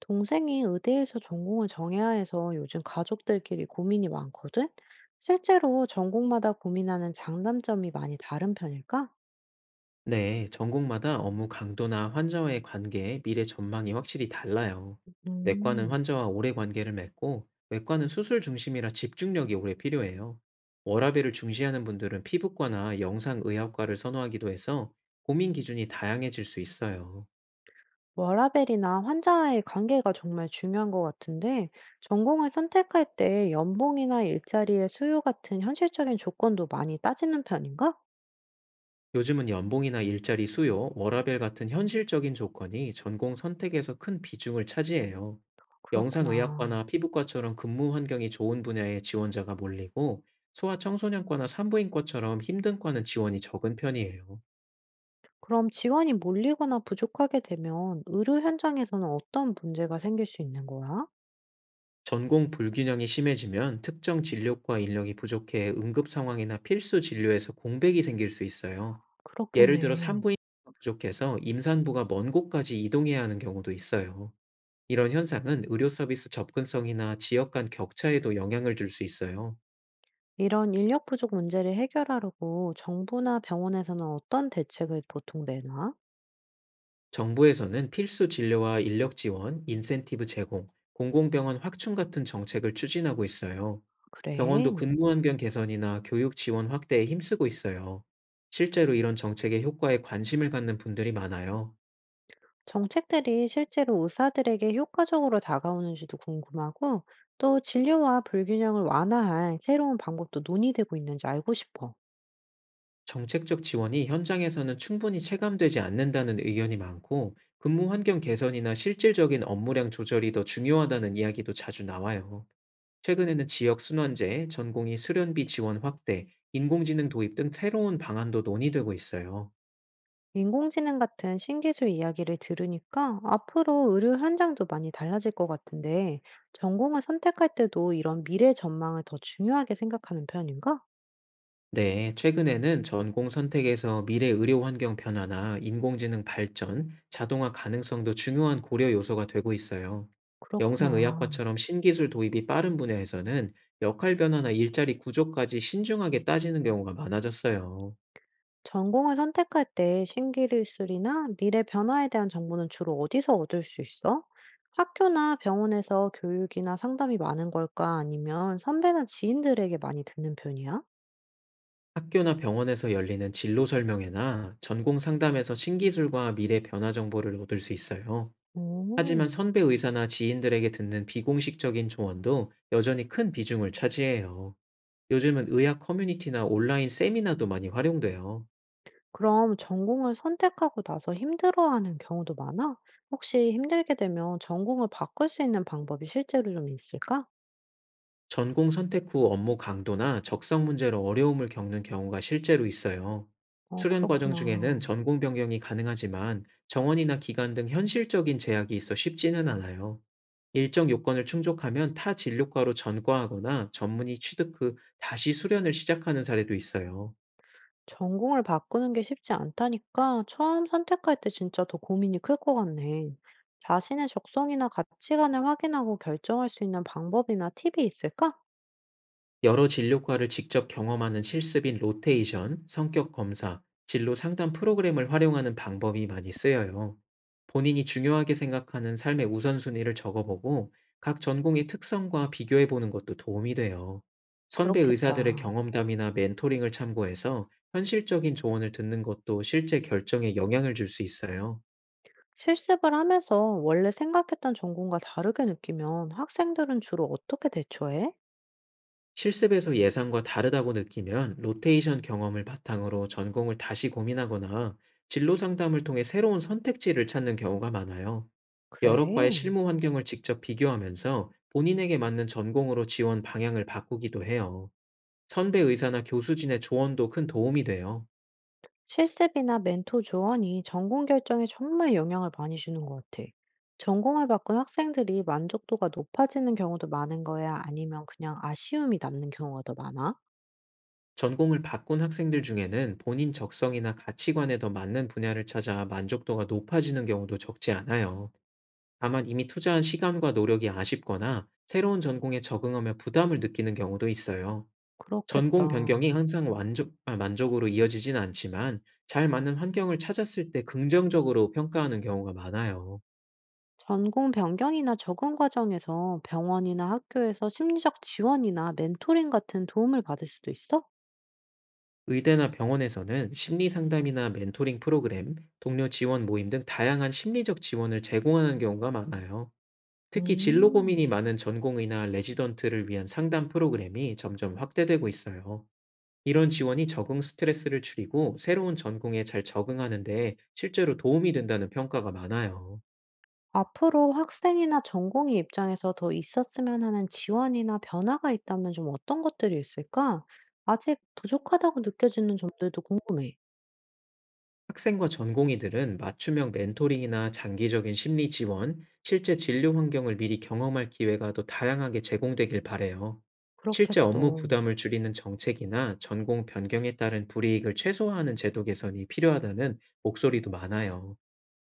동생이 의대에서 전공을 정해야 해서 요즘 가족들끼리 고민이 많거든? 실제로 전공마다 고민하는 장단점이 많이 다른 편일까? 네, 전공마다 업무 강도나 환자와의 관계에 미래 전망이 확실히 달라요. 내과는 음, 환자와 오래 관계를 맺고, 외과는 수술 중심이라 집중력이 오래 필요해요. 워라밸을 중시하는 분들은 피부과나 영상의학과를 선호하기도 해서 고민 기준이 다양해질 수 있어요. 워라밸이나 환자와의 관계가 정말 중요한 것 같은데, 전공을 선택할 때 연봉이나 일자리의 수요 같은 현실적인 조건도 많이 따지는 편인가? 요즘은 연봉이나 일자리 수요, 워라밸 같은 현실적인 조건이 전공 선택에서 큰 비중을 차지해요. 그렇구나. 영상의학과나 피부과처럼 근무 환경이 좋은 분야의 지원자가 몰리고 소아청소년과나 산부인과처럼 힘든 과는 지원이 적은 편이에요. 그럼 지원이 몰리거나 부족하게 되면 의료 현장에서는 어떤 문제가 생길 수 있는 거야? 전공 불균형이 심해지면 특정 진료과 인력이 부족해 응급 상황이나 필수 진료에서 공백이 생길 수 있어요. 예를 들어 그렇겠네. 산부인과가 부족해서 임산부가 먼 곳까지 이동해야 하는 경우도 있어요. 이런 현상은 의료 서비스 접근성이나 지역 간 격차에도 영향을 줄 수 있어요. 이런 인력 부족 문제를 해결하려고 정부나 병원에서는 어떤 대책을 보통 내나? 정부에서는 필수 진료와 인력 지원, 인센티브 제공, 공공병원 확충 같은 정책을 추진하고 있어요. 그래. 병원도 근무 환경 개선이나 교육 지원 확대에 힘쓰고 있어요. 실제로 이런 정책의 효과에 관심을 갖는 분들이 많아요. 정책들이 실제로 의사들에게 효과적으로 다가오는지도 궁금하고, 또 진료와 불균형을 완화할 새로운 방법도 논의되고 있는지 알고 싶어. 정책적 지원이 현장에서는 충분히 체감되지 않는다는 의견이 많고, 근무 환경 개선이나 실질적인 업무량 조절이 더 중요하다는 이야기도 자주 나와요. 최근에는 지역 순환제, 전공의 수련비 지원 확대, 인공지능 도입 등 새로운 방안도 논의되고 있어요. 인공지능 같은 신기술 이야기를 들으니까 앞으로 의료 현장도 많이 달라질 것 같은데, 전공을 선택할 때도 이런 미래 전망을 더 중요하게 생각하는 편인가? 네, 최근에는 전공 선택에서 미래 의료 환경 변화나 인공지능 발전, 자동화 가능성도 중요한 고려 요소가 되고 있어요. 그렇구나. 영상의학과처럼 신기술 도입이 빠른 분야에서는 역할 변화나 일자리 구조까지 신중하게 따지는 경우가 많아졌어요. 전공을 선택할 때 신기술이나 미래 변화에 대한 정보는 주로 어디서 얻을 수 있어? 학교나 병원에서 교육이나 상담이 많은 걸까? 아니면 선배나 지인들에게 많이 듣는 편이야? 학교나 병원에서 열리는 진로 설명회나 전공 상담에서 신기술과 미래 변화 정보를 얻을 수 있어요. 오, 하지만 선배 의사나 지인들에게 듣는 비공식적인 조언도 여전히 큰 비중을 차지해요. 요즘은 의학 커뮤니티나 온라인 세미나도 많이 활용돼요. 그럼 전공을 선택하고 나서 힘들어하는 경우도 많아? 혹시 힘들게 되면 전공을 바꿀 수 있는 방법이 실제로 좀 있을까? 전공 선택 후 업무 강도나 적성 문제로 어려움을 겪는 경우가 실제로 있어요. 어, 수련 과정 중에는 그렇구나. 전공 변경이 가능하지만 정원이나 기간 등 현실적인 제약이 있어 쉽지는 않아요. 일정 요건을 충족하면 타 진료과로 전과하거나 전문의 취득 후 다시 수련을 시작하는 사례도 있어요. 전공을 바꾸는 게 쉽지 않다니까 처음 선택할 때 진짜 더 고민이 클 것 같네. 자신의 적성이나 가치관을 확인하고 결정할 수 있는 방법이나 팁이 있을까? 여러 진료과를 직접 경험하는 실습인 로테이션, 성격 검사, 진로 상담 프로그램을 활용하는 방법이 많이 쓰여요. 본인이 중요하게 생각하는 삶의 우선순위를 적어보고 각 전공의 특성과 비교해보는 것도 도움이 돼요. 선배 의사들의 그렇겠다. 경험담이나 멘토링을 참고해서 현실적인 조언을 듣는 것도 실제 결정에 영향을 줄 수 있어요. 실습을 하면서 원래 생각했던 전공과 다르게 느끼면 학생들은 주로 어떻게 대처해? 실습에서 예상과 다르다고 느끼면 로테이션 경험을 바탕으로 전공을 다시 고민하거나 진로 상담을 통해 새로운 선택지를 찾는 경우가 많아요. 여러 과의 그래. 실무 환경을 직접 비교하면서 본인에게 맞는 전공으로 지원 방향을 바꾸기도 해요. 선배 의사나 교수진의 조언도 큰 도움이 돼요. 실습이나 멘토 조언이 전공 결정에 정말 영향을 많이 주는 것 같아. 전공을 바꾼 학생들이 만족도가 높아지는 경우도 많은 거야? 아니면 그냥 아쉬움이 남는 경우가 더 많아? 전공을 바꾼 학생들 중에는 본인 적성이나 가치관에 더 맞는 분야를 찾아 만족도가 높아지는 경우도 적지 않아요. 다만 이미 투자한 시간과 노력이 아쉽거나 새로운 전공에 적응하며 부담을 느끼는 경우도 있어요. 그렇겠다. 전공 변경이 항상 만족으로 이어지진 않지만 잘 맞는 환경을 찾았을 때 긍정적으로 평가하는 경우가 많아요. 전공 변경이나 적응 과정에서 병원이나 학교에서 심리적 지원이나 멘토링 같은 도움을 받을 수도 있어? 의대나 병원에서는 심리 상담이나 멘토링 프로그램, 동료 지원 모임 등 다양한 심리적 지원을 제공하는 경우가 많아요. 특히 진로 고민이 음. 많은 전공의나 레지던트를 위한 상담 프로그램이 점점 확대되고 있어요. 이런 지원이 적응 스트레스를 줄이고 새로운 전공에 잘 적응하는 데 실제로 도움이 된다는 평가가 많아요. 앞으로 학생이나 전공의 입장에서 더 있었으면 하는 지원이나 변화가 있다면 좀 어떤 것들이 있을까? 아직 부족하다고 느껴지는 점들도 궁금해. 학생과 전공의들은 맞춤형 멘토링이나 장기적인 심리 지원, 실제 진료 환경을 미리 경험할 기회가 더 다양하게 제공되길 바래요. 실제 그렇겠어. 업무 부담을 줄이는 정책이나 전공 변경에 따른 불이익을 최소화하는 제도 개선이 필요하다는 목소리도 많아요.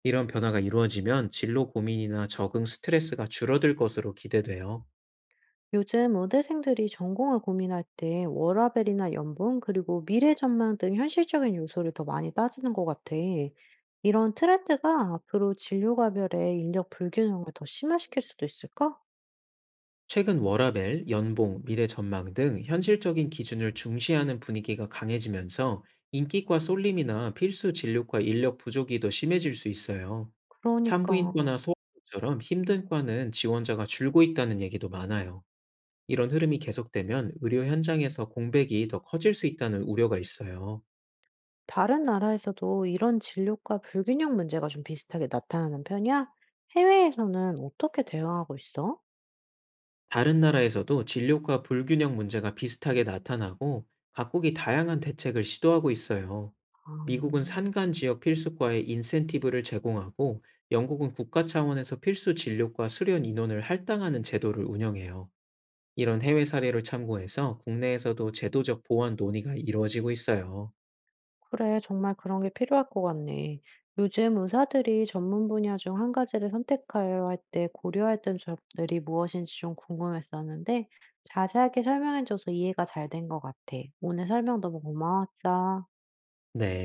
이런 변화가 이루어지면 진로 고민이나 적응 스트레스가 줄어들 것으로 기대돼요. 요즘 의대생들이 전공을 고민할 때 워라밸이나 연봉, 그리고 미래 전망 등 현실적인 요소를 더 많이 따지는 것 같아. 이런 트렌드가 앞으로 진료가별의 인력 불균형을 더 심화시킬 수도 있을까? 최근 워라밸, 연봉, 미래 전망 등 현실적인 기준을 중시하는 분위기가 강해지면서 인기과 쏠림이나 필수 진료과 인력 부족이 더 심해질 수 있어요. 그러니까. 산부인과나 소아과처럼 힘든 과는 지원자가 줄고 있다는 얘기도 많아요. 이런 흐름이 계속되면 의료 현장에서 공백이 더 커질 수 있다는 우려가 있어요. 다른 나라에서도 이런 진료과 불균형 문제가 좀 비슷하게 나타나는 편이야? 해외에서는 어떻게 대응하고 있어? 다른 나라에서도 진료과 불균형 문제가 비슷하게 나타나고 각국이 다양한 대책을 시도하고 있어요. 아, 미국은 산간 지역 필수과에 인센티브를 제공하고 영국은 국가 차원에서 필수 진료과 수련 인원을 할당하는 제도를 운영해요. 이런 해외 사례를 참고해서 국내에서도 제도적 보완 논의가 이루어지고 있어요. 그래, 정말 그런 게 필요할 것 같네. 요즘 의사들이 전문 분야 중 한 가지를 선택할 때 고려할 점들이 무엇인지 좀 궁금했었는데, 자세하게 설명해줘서 이해가 잘 된 것 같아. 오늘 설명 너무 고마웠어. 네.